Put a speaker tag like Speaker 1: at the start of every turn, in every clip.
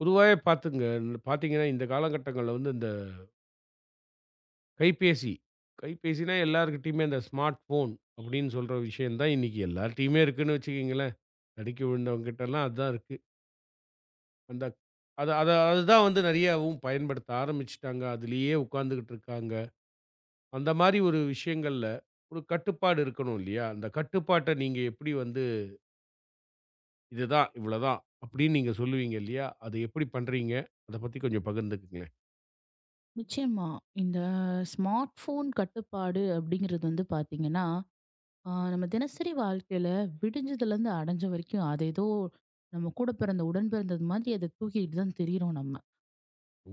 Speaker 1: பொதுவாவே பார்த்துங்க பார்த்தீங்கன்னா, இந்த காலகட்டங்கள்ல வந்து இந்த கைபேசி, கைபேசினா எல்லார்கிட்டயுமே அந்த ஸ்மார்ட் ஃபோன் அப்படின்னு சொல்ற விஷயம் தான் இன்னைக்கு எல்லார்ட்டயுமே இருக்குன்னு வச்சுக்கங்களேன். தடுக்கி விழுந்தவங்கிட்டலாம் அதான் இருக்கு. அந்த அத அத அதுதான் வந்து நெறையாவும் பயன்படுத்த ஆரம்பிச்சுட்டாங்க. அதுலயே உட்காந்துகிட்டு இருக்காங்க. அந்த மாரி ஒரு விஷயங்கள்ல ஒரு கட்டுப்பாடு இருக்கணும் இல்லையா? அந்த கட்டுப்பாட்ட நீங்க எப்படி வந்து இதுதான், இவ்வளோதான் அப்படின்னு நீங்க சொல்லுவீங்க இல்லையா? அது எப்படி பண்றீங்க? அத பத்தி கொஞ்சம் பகிர்ந்துக்குங்களேன்.
Speaker 2: நிச்சயமா. இந்த ஸ்மார்ட் ஃபோன் கட்டுப்பாடு அப்படிங்கிறது வந்து பார்த்தீங்கன்னா, நம்ம தினசரி வாழ்க்கையில விடிஞ்சதுலேருந்து அடைஞ்ச வரைக்கும் அது ஏதோ நம்ம கூட பிறந்த உடன் பிறந்தது மாதிரி அத தூக்கிட்டு தான் திரியிறோம் நம்ம.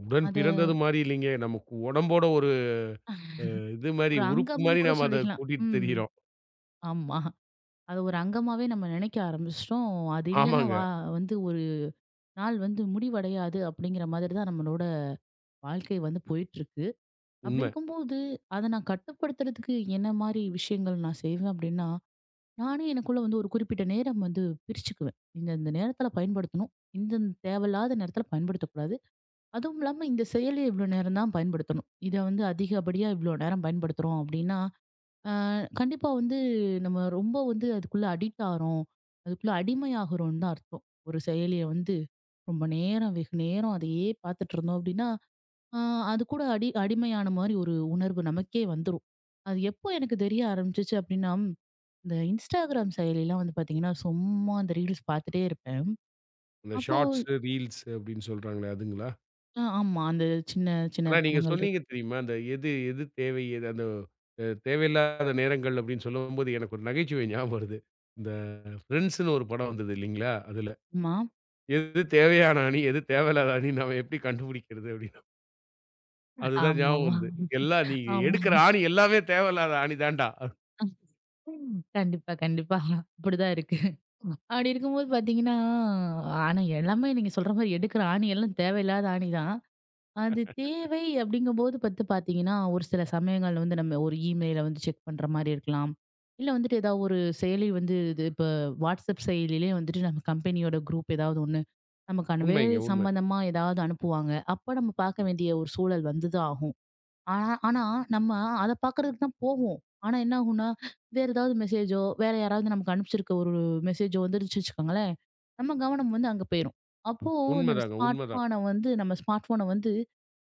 Speaker 1: உடன்
Speaker 2: அத
Speaker 1: பிறந்தது மாரி இல்லைங்க. நமக்கு உடம்போட இது மாரி,
Speaker 2: ஒரு
Speaker 1: உறுப்பு
Speaker 2: அங்கம்னு
Speaker 1: மாரி
Speaker 2: கூட
Speaker 1: நாம அத
Speaker 2: சொல்லிக்கலாம்.
Speaker 1: கூட்டிட்டு
Speaker 2: ம்.
Speaker 1: திரியிறோம்.
Speaker 2: ஆமா. அத ஒரு அங்கமாவே நம்ம நினைக்க ஆரம்பிச்சுட்டோம். அது இல்லன்னா
Speaker 1: ஆமாங்க,
Speaker 2: வந்து ஒரு நாள் வந்து முடிவடையாது அப்படிங்கிற மாதிரி தான் நம்மளோட வாழ்க்கை வந்து போயிட்டுருக்கு. அப்படி
Speaker 1: உண்ம.
Speaker 2: இருக்கும்போது, அத நான் கட்டுப்படுத்துறதுக்கு என்ன மாரி விஷயங்கள் நான் செய்வேன் அப்படின்னா, நானே எனக்குள்ள வந்து ஒரு குறிப்பிட்ட நேரம் வந்து பிரிச்சுக்குவேன். இந்த இந்த நேரத்துல பயன்படுத்தணும். இந்த இந்த தேவையில்லாத நேரத்துல பயன்படுத்தக்கூடாது. அதுவும் இல்லாம இந்த செயலிய இவ்ளோ நேரம் தான் பயன்படுத்தணும். இத வந்து அதிகப்படியா இவ்ளோ நேரம் பயன்படுத்துறோம் அப்டின்னா, கண்டிப்பா வந்து நம்ம ரொம்ப வந்து அதுக்குள்ள அடிக்ட் ஆறோம். அதுக்குள்ள அடிமையாகுறோம்னு தான் அர்த்தம். ஒரு செயலிய வந்து ரொம்ப நேரம் வெகு நேரம் அதையே பார்த்துட்டு இருந்தோம் அப்டின்னா, ஆ அது கூட அடிமையான மாரி ஒரு உணர்வு நமக்கே வந்துரும். அது எப்போ எனக்கு தெரிய ஆரம்பிச்சுச்சு அப்டின்னா இந்த Instagram செயலிலாம் வந்து பார்த்தீங்கன்னா, சும்மா அந்த ரீல்ஸ் பார்த்துட்டே இருப்பேன்.
Speaker 1: இந்த
Speaker 2: அப்போ
Speaker 1: ஷார்ட்ஸ், ரீல்ஸ் அப்படின்னு சொல்றாங்களே அதுங்களா?
Speaker 2: ஆமா. அந்த சின்ன சின்ன
Speaker 1: ஆனா நீங்க
Speaker 2: படங்கள் இருக்கு.
Speaker 1: சொன்னீங்க தெரியுமா? அந்த எது எது தேவை? எது அந்த தேவையில்லாத நேரங்கள் அப்படின்னு சொல்லும்போது, எனக்கு ஒரு நகைச்சுவை ஞாபகம் வருது. இந்த ஃப்ரெண்ட்ஸ்ன்னு ஒரு படம் வந்தது இல்லைங்களா? அதுல,
Speaker 2: ஆமா.
Speaker 1: எது தேவையான ஆணி, எது தேவையில்லாத ஆணி நாம எப்படி கண்டுபிடிக்கிறது அப்படின்னு. அதுதான் ஞாபகம்
Speaker 2: ஆமாமா.
Speaker 1: வந்து. எல்லா நீங்க
Speaker 2: ஆமா.
Speaker 1: எடுக்கிற ஆணி எல்லாமே தேவையில்லாத ஆணி தான்டா.
Speaker 2: ஆமா கண்டிப்பா, கண்டிப்பா. அப்படிதான் இருக்கு. அப்படி இருக்கும்போது பார்த்தீங்கன்னா, ஆனா எல்லாமே நீங்க சொல்ற மாரி எடுக்கிற ஆணி எல்லாம் தேவையில்லாத ஆணி தான். அது தேவை அப்படிங்கும்போது பத்து பார்த்தீங்கன்னா, ஒரு சில சமயங்கள்ல வந்து நம்ம ஒரு இமெயில வந்து செக் பண்ற மாரி இருக்கலாம். இல்ல வந்துட்டு ஏதாவது ஒரு செயலி வந்து இது இப்ப WhatsApp செயலியிலே வந்துட்டு நம்ம கம்பெனியோட குரூப் ஏதாவது ஒண்ணு நமக்கான
Speaker 1: உண்மைங்க,
Speaker 2: வேலை
Speaker 1: உண்ம.
Speaker 2: சம்பந்தமா ஏதாவது அனுப்புவாங்க. அப்ப நம்ம பார்க்க வேண்டிய ஒரு சூழல் வந்துதான் ஆகும். ஆனா ஆனா நம்ம அத பார்க்கறதுக்கு தான் போவோம். ஆனா என்ன ஆகும்னா, வேற ஏதாவது மெசேஜோ, வேற யாராவது நமக்கு அனுப்பிச்சிருக்க ஒரு மெசேஜோ வந்துருச்சு வச்சுக்கோங்களேன், நம்ம கவனம் வந்து அங்க போயிரும். அப்போ இந்த
Speaker 1: உண்மதாங்க,
Speaker 2: ஸ்மார்ட்
Speaker 1: உண்மதான்.
Speaker 2: ஃபோன வந்து நம்ம ஸ்மார்ட் ஃபோன வந்து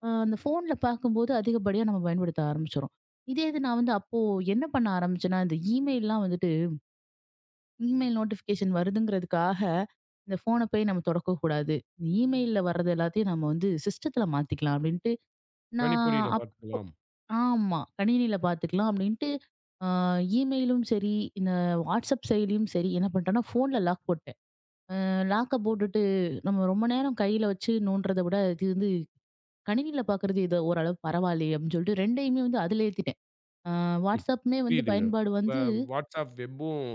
Speaker 2: அ அந்த ஃபோன்ல பார்க்கும்போது அதிகப்படியா நம்ம பயன்படுத்த ஆரம்பிச்சுரும். இதே இது நான் வந்து அப்போ என்ன பண்ண ஆரம்பிச்சேன்னா, இந்த இமெயில்லாம் வந்துட்டு இமெயில் நோட்டிஃபிகேஷன் வருதுங்கிறதுக்காக, இந்த ஃபோன போய் நம்ம தொடக்கூடாது. இமெயில்ல வர்றது எல்லாத்தையும் நம்ம வந்து சிஸ்டத்துல மாத்திக்கலாம் அப்டின்ட்டு, நான்
Speaker 1: கணிப்பொறியில
Speaker 2: அப்
Speaker 1: பார்த்துக்கலாம்.
Speaker 2: ஆமா. கணினியில பாத்துக்கலாம் அப்டின்ட்டு, அ இமெயிலும் சரி, இந்த வாட்ஸ்அப் செயலியும் சரி, என்ன பண்ட்டேன்னா, ஃபோன்ல லாக் போட்டேன். லாக்க போட்டுட்டு நம்ம ரொம்ப நேரம் கையில வச்சு நோன்றத விட, இது வந்து கணினியில பாக்குறது ஏதோ ஓரளவு பரவாயில்லயே! அப்டின்னு சொல்லிட்டு 2யுமே வந்து அதுல ஏத்திட்டேன். அ
Speaker 1: ம்.
Speaker 2: வாட்ஸ்அப்புமே வந்து
Speaker 1: புரியுதுங்க.
Speaker 2: பயன்பாடு
Speaker 1: வ
Speaker 2: வந்து
Speaker 1: WhatsApp வெப்பும்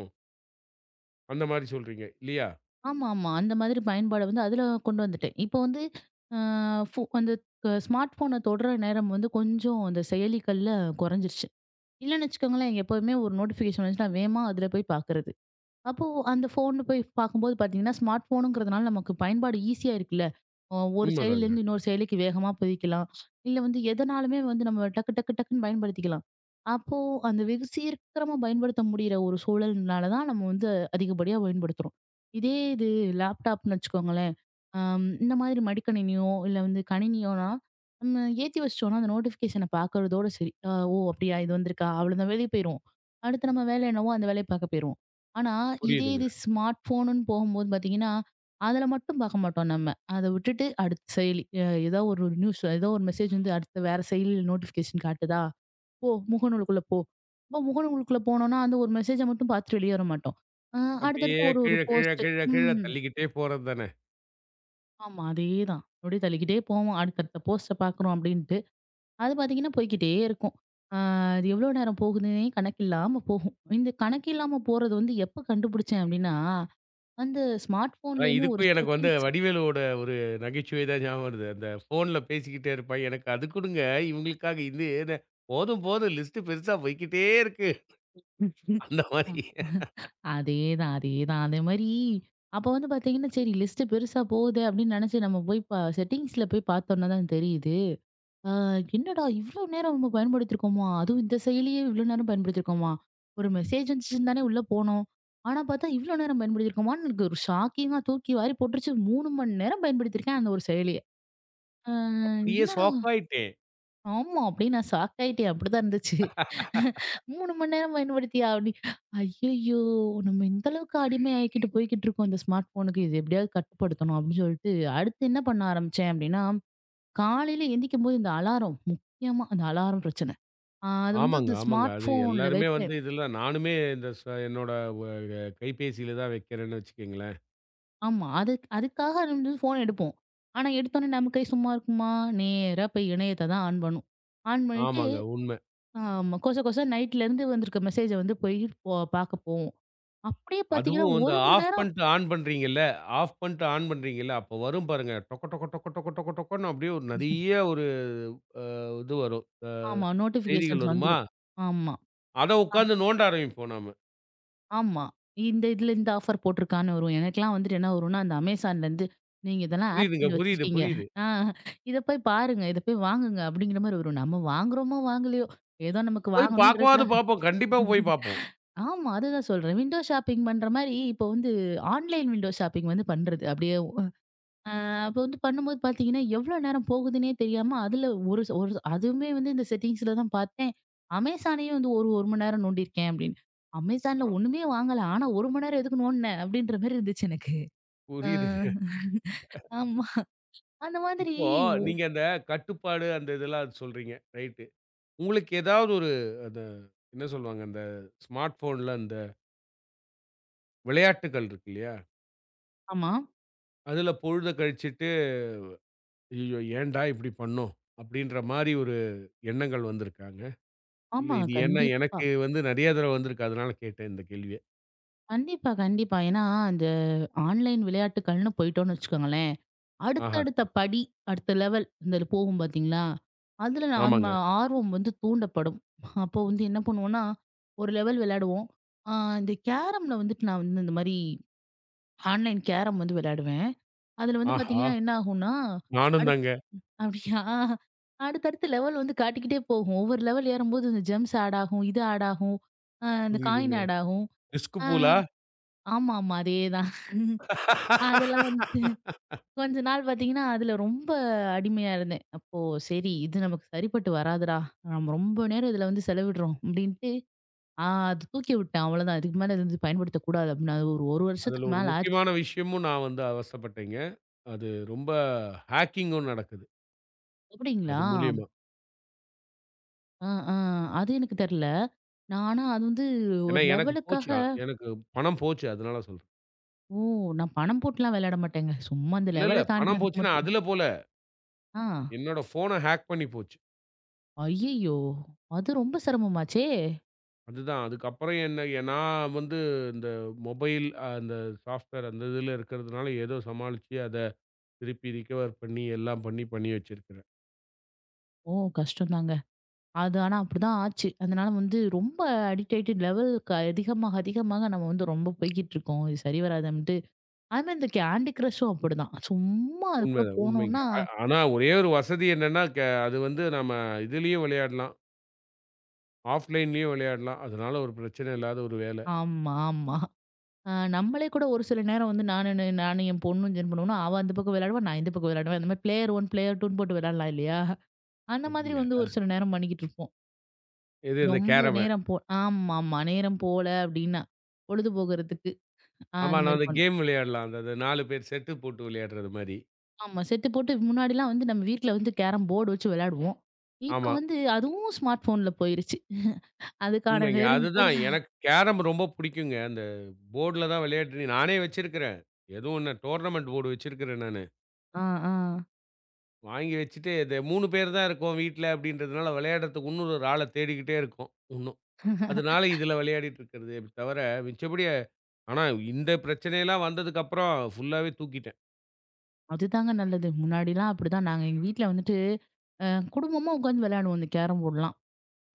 Speaker 1: அந்த மாரி சொல்றீங்க இல்லையா?
Speaker 2: ஆமா, ஆமா. அந்த மாதிரி பயன்பாட வந்து அதுல கொண்டு வந்துட்டேன். இப்போ வந்து அ ஃபோ அந்த க ஸ்மார்ட் ஃபோன தொடுற நேரம் வந்து கொஞ்சம் அந்த செயலிகள்ல குறைஞ்சிருச்சு. இல்லன்னு வச்சுக்கோங்களேன், எப்பவுமே ஒரு நோட்டிஃபிகேஷன் வந்துச்சுன்னா வேகமா அதுல போய் பாக்குறது. அப்போ அந்த ஃபோன்னு போய் பார்க்கும்போது பார்த்தீங்கன்னா, ஸ்மார்ட் ஃபோனுங்கிறதுனால நமக்கு பயன்பாடு ஈஸியா இருக்குல்ல. ஒரு
Speaker 1: உண்மதாங்க.
Speaker 2: செயலிலேருந்து இன்னொரு செயலிக்கு வேகமா போயிக்கலாம். இல்ல வந்து எதனாலுமே வந்து நம்ம டக்கு டக்கு டக்குன்னு பயன்படுத்திக்கலாம். அப்போ அந்த வெகு சீக்கிரமா பயன்படுத்த முடியிற ஒரு சூழல்னால தான் நம்ம வந்து அதிகப்படியா பயன்படுத்துறோம். இதே இது லேப்டாப்ன்னு வச்சுக்கோங்களேன். இந்த மாதிரி மடிக்கணினியோ, இல்ல வந்து கணினியோனா, நம்ம ஏத்தி வச்சுட்டோம்னா, அந்த நோட்டிஃபிகேஷன பார்க்கறதோட சரி. ஓ! அப்படியா? இது வந்திருக்கா? அவ்வளோதான் வெளிய போயிருவோம். அடுத்து நம்ம வேலை என்னவோ, அந்த வேலைய பார்க்க போயிருவோம். ஆனா, இதே
Speaker 1: புரியுதுங்க.
Speaker 2: இது ஸ்மார்ட் ஃபோனுன்னு போகும்போது பார்த்தீங்கன்னா, அதுல மட்டும் பார்க்க மாட்டோம் நம்ம. அத விட்டுட்டு அடுத்த செயலி. ஏதோ ஒரு நியூஸ், ஏதோ ஒரு மெசேஜ் வந்து அடுத்த வேற செயலியில நோட்டிஃபிகேஷன் காட்டுதா? போ முகநூலுக்குள்ள போ. அப்ப முகநூலுக்குள்ள போனோம்னா, அந்த ஒரு மெசேஜ மட்டும் பார்த்துட்டு வெளிய வர மாட்டோம். அ
Speaker 1: அப்படியே
Speaker 2: அடுத்தடுத்து ஒரு ஒரு
Speaker 1: கீழ, கீழ,
Speaker 2: போஸ்ட்.
Speaker 1: கீழ, கீழ
Speaker 2: ம்.
Speaker 1: தள்ளிக்கிட்டே போறது தானே.
Speaker 2: ஆமா. அதேதான். அப்படியே தள்ளிக்கிட்டே போவோம். அடுத்தடுத்த போஸ்ட்ட பார்க்குறோம் அப்படின்ட்டு. அது பார்த்தீங்கன்னா, போய்க்கிட்டே இருக்கும். ஆ அது எவ்வளோ நேரம் போகுதுன்னே கணக்கில்லாம போகும். இந்த கணக்கில்லாம போறது வந்து எப்ப கண்டுபிடிச்சேன் அப்படின்னா, அந்த ஸ்மார்ட்
Speaker 1: அதான்
Speaker 2: ஃபோன்லேயுமே ஒரு
Speaker 1: இதுக்கும் எனக்கு வந்து
Speaker 2: செட்டிங்ஸ்
Speaker 1: வடிவேலுவோட ஒரு நகைச்சுவை தான் ஞாபகம் வருது. அந்த ஃபோன்ல பேசிக்கிட்டே இருப்பான். எனக்கு அது குடுங்க, இவங்களுக்காக இது என்ன போதும் போதும் லிஸ்ட் பெருசா போய்க்கிட்டே இருக்கு. அந்த
Speaker 2: அ
Speaker 1: மாரி.
Speaker 2: அதேதான், அதேதான். அதே மாரி அப்போ வந்து பார்த்தீங்கன்னா, சரி லிஸ்ட்டு பெருசா போகுது அப்படின்னு நினச்சு நம்ம போய் செட்டிங்ஸ்ல போய் பார்த்தோம்னா தான் தெரியுது. ஆ என்னடா இவ்ளோ நேரம் நம்ம பயன்படுத்தியிருக்கோமா? அதுவும் இந்த செயலியே இவ்ளோ நேரம் பயன்படுத்தியிருக்கோமா? ஒரு மெசேஜ் வந்துச்சுன்னு தானே உள்ள போனோம். ஆனா பார்த்தா இவ்ளோ நேரம் பயன்படுத்தியிருக்கோமான்னு எனக்கு ஒரு ஷாக்கிங்கா தூக்கி வாரி போட்டுருச்சு. 3 மணி நேரம் பயன்படுத்தியிருக்கேன் அந்த ஒரு செயலிய. அ
Speaker 1: அப்படியே
Speaker 2: என்னடா
Speaker 1: ஷாக்காயிட்டேன்.
Speaker 2: ஆமா அப்படின்னு நான் ஷாக் ஆயிட்டேன். அப்படிதான் இருந்துச்சு. 3 மணி நேரம் பயன்படுத்தியா? அப்படி ஐயய்யோ! நம்ம இந்த அளவுக்கு அடிமை ஆயிக்கிட்டு போய்க்கிட்டு இருக்கோம் இந்த ஸ்மார்ட் ஃபோனுக்கு. இது எப்படியாவது கட்டுப்படுத்தணும் அப்படின்னு சொல்லிட்டு அடுத்து என்ன பண்ண ஆரம்பிச்சேன் அப்படின்னா, காலையில எந்திக்கும்போது இந்த அலாரம் முக்கியமா அந்த அலாரம் பிரச்சனை. அது வந்து
Speaker 1: ஆமாங்க,
Speaker 2: இந்த
Speaker 1: ஆமாங்க.
Speaker 2: ஸ்மார்ட்
Speaker 1: அது
Speaker 2: ஃபோன்ல
Speaker 1: எல்லாருமே வந்து
Speaker 2: வைப்பேன்.
Speaker 1: இதெல்லாம் நானுமே இந்த என்னோட வ கைபேசியில தான் வைக்கிறேன்னு வச்சுக்கங்களேன்.
Speaker 2: ஆமா. அதுக்காக அது வந்து ஃபோன் எடுப்போம். ஆனா, எடுத்தோனே நம்ம கை சும்மா இருக்குமா? நேரா போய் இணையத்த தான் ஆன் பண்ணும். ஆன் பண்ணிட்டு,
Speaker 1: ஆமாங்க உண்ம.
Speaker 2: ஆமா கொச கொச நைட்லேருந்து வந்திருக்க மெசேஜ வந்து போய் பார்க்க போவோம். அப்படியே பார்த்தீங்கன்னா,
Speaker 1: அதுவும் இந்த
Speaker 2: 1 மணி
Speaker 1: ஆஃப்
Speaker 2: நேரம்
Speaker 1: பண்ட்டு ஆன் பண்றீங்கல்ல, ஆஃப் பண்ட்டு ஆன் பண்றீங்கல்ல, அப்போ வரும் பாருங்க. டொக்க டொக்க டொக்க டொக்க டொக்க டொக்கன்னு அப்படியே ஒரு நெறைய ஒரு அ இது வரும்.
Speaker 2: ஆமா
Speaker 1: செய்திகள்
Speaker 2: நோட்டிஃபிகேஷன்ஸ்
Speaker 1: வருமா?
Speaker 2: வந்துரும். ஆமா.
Speaker 1: அத உட்காந்து நோண்ட ஆரம்பிப்போம் நாம.
Speaker 2: ஆமா. இந்த இதுல இந்த ஆஃபர் போட்டிருக்கான்னு வரும். எனக்கெல்லாம் வந்துட்டு என்ன வரும்னா, அந்த அமேசான்லேருந்து நீங்க இதெல்லாம் ஆட்
Speaker 1: புரியுதுங்க.
Speaker 2: பண்ணி
Speaker 1: புரியுது,
Speaker 2: வச்சிருக்கீங்க.
Speaker 1: புரியுது.
Speaker 2: ஆ இத போய் பாருங்க. இத போய் வாங்குங்க. அப்படிங்கிற மாரி வரும். நம்ம வாங்குறோமோ, வாங்கலையோ ஏதோ நமக்கு
Speaker 1: போய் பார்க்கவாவது
Speaker 2: வாங்கணுன்றதுக்காக
Speaker 1: பார்ப்போம். கண்டிப்பா போய் பார்ப்போம்.
Speaker 2: ஆமா. அதுதான் சொல்றேன். விண்டோ ஷாப்பிங் பண்ற மாரி இப்போ வந்து ஆன்லைன் விண்டோ ஷாப்பிங் வந்து பண்றது. அப்படியே அப்ப வந்து பண்ணும்போது பார்த்தீங்கன்னா, எவ்ளோ நேரம் போகுதுன்னே தெரியாம, அதுல ஒரு அதுவுமே வந்து இந்த செட்டிங்ஸ்ல தான் பார்த்தேன். அமேசானயே வந்து ஒரு 1 மணி நேரம் நோண்டியிருக்கேன் அப்படின்னு. அமேசான்ல ஒண்ணுமே வாங்கல. ஆனா 1 மணி நேரம் எதுக்கு நோண்டுனேன்? அப்படின்ற மாரி இருந்துச்சு எனக்கு. ஆ.
Speaker 1: புரியுதுங்க.
Speaker 2: ஆமா. அந்த மாதிரி
Speaker 1: இப்போ நீங்க அந்த கட்டுப்பாடு அந்த இதெல்லாம் சொல்றீங்க. ரைட்டு. உங்களுக்கு ஏதாவது ஒரு அந்த என்ன சொல்லுவாங்க? அந்த ஸ்மார்ட் ஃபோன்ல அந்த விளையாட்டுக்கள் இருக்கு இல்லையா?
Speaker 2: ஆமா.
Speaker 1: அதுல பொழுத கழிச்சு ஐயய்யோ! ஏன்டா இப்படி பண்ணோம்? அப்படின்ற மாரி ஒரு எண்ணங்கள் வந்திருக்காங்க. இல்ல
Speaker 2: ஆமா.
Speaker 1: இது ஏன்னா
Speaker 2: கண்டிப்பா.
Speaker 1: எனக்கு வந்து நெறைய தடவ வந்திருக்கு. அதனால கேட்டேன் இந்த கேள்விய.
Speaker 2: கண்டிப்பா, கண்டிப்பா. ஏன்னா, அந்த ஆன்லைன் விளையாட்டுக்கள்னு போயிட்டோம்னு வச்சுக்கோங்களேன்
Speaker 1: ஆஹா!
Speaker 2: அடுத்தடுத்த படி, அடுத்த லெவல் இந்த போகும் பார்த்தீங்களா? அதில நம்ம
Speaker 1: ஆமாங்க.
Speaker 2: ஆர்வம் வந்து தூண்டப்படும். அப்போ வந்து என்ன பண்ணுவோம்னா, ஒரு லெவல் விளையாடுவோம். ஆ இந்த கேரம்ல வந்துட்டு நான் வந்து இந்த மாரி ஆன்லைன் கேரம் வந்து விளையாடுவேன். அதில வந்து
Speaker 1: ஆஹா!
Speaker 2: பார்த்தீங்கன்னா, என்ன ஆகும்னா,
Speaker 1: நானும்
Speaker 2: அடுத்
Speaker 1: தாங்க.
Speaker 2: அப்படியா? அடுத்தடுத்த லெவல் வந்து காட்டிக்கிட்டே போகும். ஒவ்வொரு லெவல் ஏறும்போது இந்த ஜெம்ஸ் ஆட் ஆகும், இது ஆட் ஆகும், இந்த காயின்
Speaker 1: புரியுதுங்க.
Speaker 2: ஆட் ஆகும்.
Speaker 1: டிஸ்க்
Speaker 2: ஆ
Speaker 1: பூலா?
Speaker 2: ஆமாமா. அதேதான். அதெல்லாம் வந்து கொஞ்ச நாள் பார்த்தீங்கன்னா, அதுல ரொம்ப அடிமையா இருந்தேன். அப்போ சரி இது நமக்கு சரிப்பட்டு வராதுடா. நம்ம ரொம்ப நேரம் இதுல வந்து செலவிடுறோம் அப்டின்ட்டு, ஆ அது தூக்கி விட்டேன் அவ்வளோதான். இதுக்கு மேல இத வந்து பயன்படுத்தக்கூடாது அப்டின்னு அது ஒரு 1
Speaker 1: அதுல
Speaker 2: வருஷத்துக்கு
Speaker 1: ஒரு
Speaker 2: மேல ஆச்சு.
Speaker 1: முக்கியமான விஷயமும் நான் வந்து அவஸ்தைப்பட்டேங்க. அது ரொம்ப ஹேக்கிங்கும் நடக்குது. அது
Speaker 2: அப்டிங்களா?
Speaker 1: மூலியமா.
Speaker 2: ஆ, ஆ. அது எனக்கு தெர்ல. நான் ஆனா அது வந்து
Speaker 1: ஏன்னா
Speaker 2: ஒரு
Speaker 1: எனக்கு போச்சு.
Speaker 2: லெவலுக்காக
Speaker 1: எனக்கு பணம் போச்சு. அதனால சொல்றேன்.
Speaker 2: ஓ! நான் பணம் போட்டுலாம் விளையாட மாட்டேங்க. சும்மா அந்த
Speaker 1: இல்ல, இல்ல.
Speaker 2: லெவல
Speaker 1: பணம்
Speaker 2: தாண்டுறதுக்கு
Speaker 1: போச்சுன்னா
Speaker 2: மட்டும்.
Speaker 1: அதுல போல.
Speaker 2: ஆ.
Speaker 1: என்னோட ஃபோன ஹேக் பண்ணி போச்சு.
Speaker 2: ஐய்யய்யோ! அது ரொம்ப சிரமமாச்சே!
Speaker 1: அதுதான். அதுக்கப்புறம் என்ன நான் வந்து இந்த மொபைல் அந்த சாஃப்ட்வேர் அந்த இதில இருக்கிறதுனால ஏதோ சமாளிச்சு அத திருப்பி ரிகவர் பண்ணி எல்லாம் பண்ணி, பண்ணி வச்சிருக்கிறேன்.
Speaker 2: ஓ! கஷ்டம் தாங்க. அது ஆனா அப்படிதான் ஆச்சு. அதனால வந்து ரொம்ப அடிக்ட் ஆயிட்டு லெவலுக்கு அதிகமாக, அதிகமாக நம்ம வந்து ரொம்ப போய்க்கிட்டு இருக்கோம். இது சரி வராதுன்ட்டு. அதுமாரி இந்த கேண்டி கிரஷும் அப்படிதான். சும்மா அதுக்குள்ள
Speaker 1: உண்மைதான், உண்மைங்க.
Speaker 2: போனோம்னா
Speaker 1: ஆனா ஒரே ஒரு வசதி என்னன்னா, அது வந்து நம்ம இதுலயும் விளையாடலாம். ஆஃப்லைன்லயும் விளையாடலாம். அதனால ஒரு பிரச்சனை இல்லாத ஒரு வேலை.
Speaker 2: ஆமா, ஆமா. அ நம்மளே கூட ஒரு சில நேரம் வந்து நானும் என் பொண்ணும் என்ன பண்ணுவோம்னா, அவ அந்த பக்கம் விளையாடுவா, நான் இந்த பக்கம் விளையாடுவேன். அந்த மாரி பிளேயர் 1, பிளேயர் 2ன்னு போட்டு விளையாடலாம் இல்லையா? அந்த மாதிரி
Speaker 1: அப்படியா?
Speaker 2: வந்து ஒரு சில நேரம் பண்ணிக்கிட்டு இருப்போம்.
Speaker 1: எது இந்த
Speaker 2: ரொம்ப
Speaker 1: கேரம.
Speaker 2: நேரம் போ ஆமாமா. நேரம் போல அப்படின்னா, பொழுது போகறதுக்கு.
Speaker 1: ஆமா
Speaker 2: அந்த
Speaker 1: நான்
Speaker 2: மாரி
Speaker 1: அந்த
Speaker 2: பண்ணுவோம்.
Speaker 1: கேம் விளையாடலாம். அந்த அது 4 பேர் செட்டு போட்டு விளையாடுறது மாரி.
Speaker 2: ஆமா. செட்டு போட்டு முன்னாடிலாம் வந்து நம்ம வீட்ல வந்து கேரம் போர்டு வச்சு விளையாடுவோம். இப்ப
Speaker 1: ஆமா.
Speaker 2: வந்து அதுவும் ஸ்மார்ட் ஃபோன்ல போயிருச்சு. அதுக்கான
Speaker 1: உண்மைங்க.
Speaker 2: நேரம் கூட
Speaker 1: அதுதான் எனக்கு கேரம் ரொம்ப புடிக்குங்க. அந்த போர்டுல தான் விளையாட்டு நானே வச்சிருக்கிறேன். எதுவும் என்ன டோர்னமெண்ட் போர்டு வச்சிருக்கிறேன் நானு.
Speaker 2: ஆ, ஆ.
Speaker 1: வாங்கி வச்சுட்டு இது 3 பேர் தான் இருக்கோம் வீட்ல அப்படின்றதுனால விளையாடுறதுக்கு இன்னும் ஒரு ஆள தேடிக்கிட்டே இருக்கோம் இன்னும். அதனால இதுல விளையாடிட்டு இருக்கிறது. அப்படி தவிர மிச்சபடி ஆனா இந்த பிரச்சனையெல்லாம் வந்ததுக்கப்புறம் ஃபுல்லாவே தூக்கிட்டேன்.
Speaker 2: அதுதாங்க நல்லது. முன்னாடிலாம் அப்படிதான் நாங்க எங்க வீட்ல வந்துட்டு அ குடும்பமா உட்காந்து விளையாடுவோம் இந்த கேரம் போர்டுலாம்.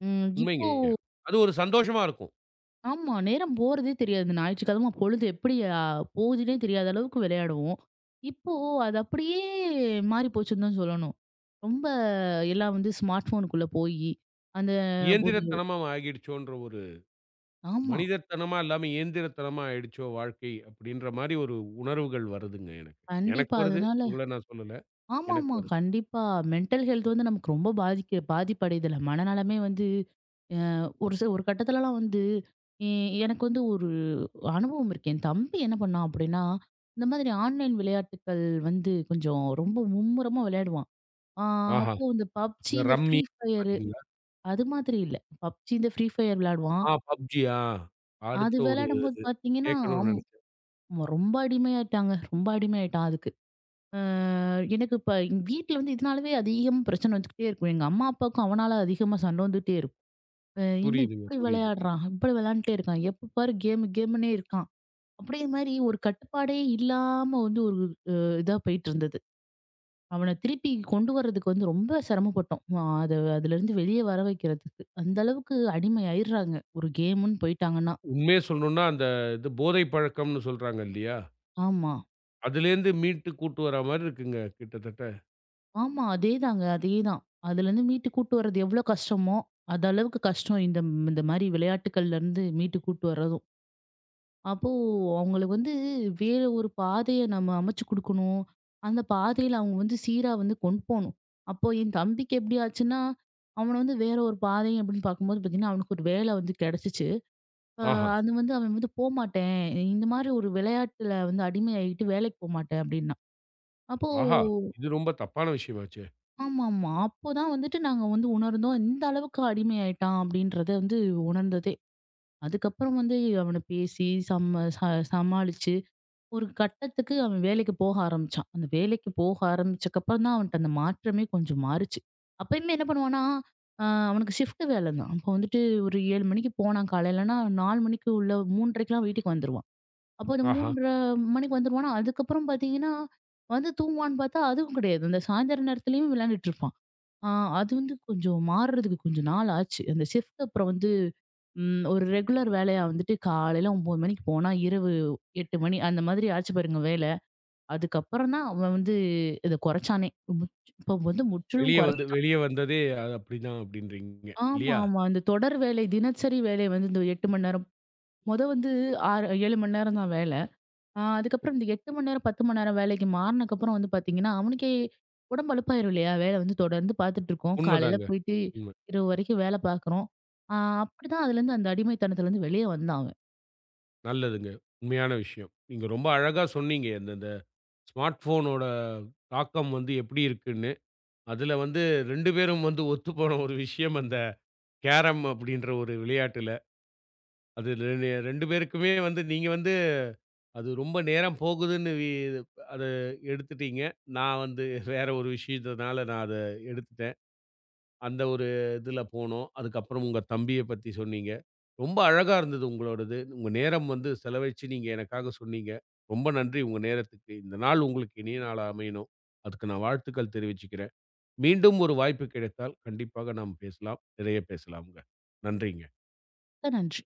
Speaker 2: ம்
Speaker 1: உண்மைங்க.
Speaker 2: இப்போ
Speaker 1: அது ஒரு சந்தோஷமா இருக்கும்.
Speaker 2: ஆமா. நேரம் போறதே தெரியாது. ஞாயிற்றுக்கிழமை பொழுது எப்படி போகுதுன்னே தெரியாத அளவுக்கு விளையாடுவோம். இப்போ அது அப்படியே மாறி போச்சுன்னு தான் சொல்லணும். ரொம்ப எல்லாம் வந்து ஸ்மார்ட் ஃபோனுக்குள்ள போயி, அந்த ஒரு
Speaker 1: இயந்திரத்தனமா ஆகிடுச்சோன்ற ஒரு
Speaker 2: ஆமா.
Speaker 1: மனிதத்தனமா இல்லாம இயந்திரத்தனமா ஆயிடுச்சோ வாழ்க்கை அப்படின்ற மாரி ஒரு உணர்வுகள் வருதுங்க எனக்கு. எனக்கு
Speaker 2: கண்டிப்பா.
Speaker 1: வருது.
Speaker 2: அதனால
Speaker 1: உங்கள நான் சொல்லல. எனக்கு
Speaker 2: ஆமாமா.
Speaker 1: வருது.
Speaker 2: கண்டிப்பா. மென்டல் ஹெல்த் வந்து நமக்கு ரொம்ப பாதிப்படையுதுல. மனநலமே வந்து அ ஒரு ச ஒரு கட்டத்துலலாம் வந்து எ எனக்கு வந்து ஒரு அனுபவம் இருக்கு. என் தம்பி என்ன பண்ணான் அப்படின்னா, இந்த மாதிரி ஆன்லைன் விளையாட்டுக்கள் வந்து கொஞ்சம் ரொம்ப மும்முரமா விளையாடுவான். ஆ
Speaker 1: ஆஹா!
Speaker 2: அப்போ இந்த PUBG,
Speaker 1: இந்த
Speaker 2: இந்த
Speaker 1: ரம்மி
Speaker 2: ஃப்ரீ
Speaker 1: இந்த
Speaker 2: ஃபயர்
Speaker 1: மாரிங்களா?
Speaker 2: அது மாதிரி இல்ல. PUBG, இந்த ஃப்ரீ ஃபயர் விளையாடுவான்.
Speaker 1: ஆ PUBG ஆ.
Speaker 2: அது
Speaker 1: அடுத்த ஒரு
Speaker 2: விளையாடும்போது பார்த்தீங்கன்னா,
Speaker 1: கேட்கணும்னு நெனச்சேன்.
Speaker 2: ரொம்ப அடிமையாயிட்டாங்க. ரொம்ப அடிமையாயிட்டான் அதுக்கு. எனக்கு இப்ப எங்க வீட்ல வந்து இதனாலவே அதிகமா பிரச்சனை வந்துகிட்டே இருக்கும். எங்க அம்மா, அப்பாவுக்கும் அவனால அதிகமா சண்டை வந்துட்டே இருக்கும். அ என்ன
Speaker 1: புரியுதுங்க,
Speaker 2: இப்படி
Speaker 1: புரியுது.
Speaker 2: விளையாடுறான்? இப்படி விளையாண்டுட்டே இருக்கான். எப்ப பாரு கேம் கேம்னே இருக்கான். அப்படியே மாரி ஒரு கட்டுப்பாடே இல்லாம வந்து ஒரு அ இதா போயிட்டு இருந்தது. அவன திருப்பி கொண்டு வர்றதுக்கு வந்து ரொம்ப சிரமப்பட்டோம். அது அதுலருந்து வெளிய வர வைக்கிறதுக்கு. அந்த அளவுக்கு அடிமை ஆயிடுறாங்க. ஒரு கேம்ன்னு போயிட்டாங்கன்னா.
Speaker 1: உண்மைய சொல்லணும்னா அந்த இது போதை பழக்கம்னு சொல்றாங்க இல்லையா?
Speaker 2: ஆமா.
Speaker 1: அதுலேருந்து மீட்டு கூட்டு வரா மாரி இருக்குங்க கிட்டத்தட்ட.
Speaker 2: ஆமா. அதேதாங்க. அதேதான். அதுலேருந்து மீட்டு கூட்டு வர்றது எவ்ளோ கஷ்டமோ, அது அளவுக்கு கஷ்டம் இந்த இந்த மாரி விளையாட்டுக்கள்லேருந்து மீட்டு கூட்டு வர்றதும். அப்போ அவங்களுக்கு வந்து வேற ஒரு பாதைய நம்ம அமைச்சு குடுக்கணும். அந்த பாதையில அவங்க வந்து சீரா வந்து கொண்டு போணும். அப்போ என் தம்பிக்கு எப்டி ஆச்சுன்னா, அவன வந்து வேற ஒரு பாதை அப்டின்னு பார்க்கும்போது பார்த்தீங்கன்னா, அவனுக்கு ஒரு வேல வந்து கெடைச்சிச்சு. அ
Speaker 1: ஆஹா!
Speaker 2: அது வந்து அவன் வந்து போமாட்டேன். இந்த மாரி ஒரு விளையாட்டுல வந்து அடிமை ஆயிட்டு வேலைக்கு போமாட்டேன் அப்டின்னா. அப்போ
Speaker 1: ஆஹா! இது ரொம்ப தப்பான விஷயமாச்சே.
Speaker 2: ஆமாமா. அப்போதான் வந்துட்டு நாங்க வந்து உணர்ந்தோம். இந்த அளவுக்கு அடிமையாயிட்டான் அப்படின்றத வந்து உணர்ந்ததே. அதுக்கப்புறம் வந்து அவன பேசி சம்ம ச சமாளிச்சு ஒரு கட்டத்துக்கு அவன் வேலைக்கு போக ஆரம்பிச்சான். அந்த வேலைக்கு போக ஆரம்பிச்சக்கப்புறம் தான் அவன்ட்ட அந்த மாற்றமே கொஞ்சம் மாறுச்சு. அப்பயுமே என்ன பண்ணுவான்னா, அ அவனுக்கு ஷிஃப்ட் வேலை தான். அப்போ வந்துட்டு ஒரு 7 மணிக்கு போனான் காலையிலனா 4 மணிக்கு உள்ள 3:30க்குலாம் வீட்டுக்கு வந்துருவான். அப்போ அந்த
Speaker 1: ஆஹா!
Speaker 2: 3:30 மணிக்கு வந்துருவானா, அதுக்கப்புறம் பார்த்தீங்கன்னா, வந்து தூங்குவான்னு பார்த்தா அதுவும் கிடையாது. அந்த சாயந்தர நேரத்துலயும் விளையாண்டுட்டு இருப்பான். ஆ அது வந்து கொஞ்சம் மாறுறதுக்கு கொஞ்சம் நாள் ஆச்சு. அந்த ஷிஃப்ட் அப்புறம் வந்து ஒரு ரெகுலர் வேலையா வந்துட்டு காலையில 9 மணிக்கு போனா, இரவு 8 மணி அந்த மாதிரி ஆச்சு பாருங்க வேல. அதுக்கப்புறம் தான் அவன் வந்து இத குறைச்சானே. முற் இப்போ வந்து முற்றிலும் குறைச்சுட்டான்.
Speaker 1: வெளிய வந்ததே அது அப்படிதான் அப்படின்றீங்க.
Speaker 2: ஆமா,
Speaker 1: இல்லையா?
Speaker 2: ஆமா. அந்த தொடர் வேலை, தினசரி வேலை வந்து இந்த 8 மணி நேரம். மொத வந்து 6 7 மணி நேரம் தான் வேல. அதுக்கப்புறம் இந்த 8 மணி நேரம், 10 மணி நேரம் வேலைக்கு மாறுனக்கப்புறம் வந்து பார்த்தீங்கன்னா, அவனுக்கே உடம்பு அலுப்பாயிரும் இல்லையா? வேலை வந்து தொடர்ந்து பார்த்துட்டு இருக்கோம். காலையில
Speaker 1: உண்மதாங்க.
Speaker 2: போயிட்டு
Speaker 1: உண்ம.
Speaker 2: இரவு வரைக்கும் வேலை பார்க்குறோம். ஆ அப்படிதான் அதுலேருந்து அந்த அடிமைத்தனத்துலேருந்து வெளியே வந்தான் அவன்.
Speaker 1: நல்லதுங்க. உண்மையான விஷயம். நீங்க ரொம்ப அழகா சொன்னீங்க. இந்த இந்த ஸ்மார்ட் ஃபோனோட தாக்கம் வந்து எப்படி இருக்குன்னு. அதுல வந்து 2 பேரும் வந்து ஒத்துப்போன ஒரு விஷயம் அந்த கேரம் அப்படின்ற ஒரு விளையாட்டுல. அது 2 பேருக்குமே வந்து நீங்க வந்து அது ரொம்ப நேரம் போகுதுன்னு அத எடுத்துட்டீங்க. நான் வந்து வேற ஒரு விஷயத்தினால நான் அத எடுத்துட்டேன். அந்த ஒரு இதுல போனோம். அதுக்கப்புறம் உங்க தம்பிய பத்தி சொன்னீங்க. ரொம்ப அழகா இருந்தது உங்களோடது. உங்க நேரம் வந்து செலவழிச்சு நீங்க எனக்காக சொன்னீங்க. ரொம்ப நன்றி உங்க நேரத்துக்கு. இந்த நாள் உங்களுக்கு இனிய நாளா அமையணும். அதுக்கு நான் வாழ்த்துக்கள் தெரிவிச்சுக்கிறேன். மீண்டும் ஒரு வாய்ப்பு கிடைத்தால் கண்டிப்பாக நாம் பேசலாம். நிறைய பேசலாம்ங்க. நன்றிங்க.
Speaker 2: மிக்க நன்றி.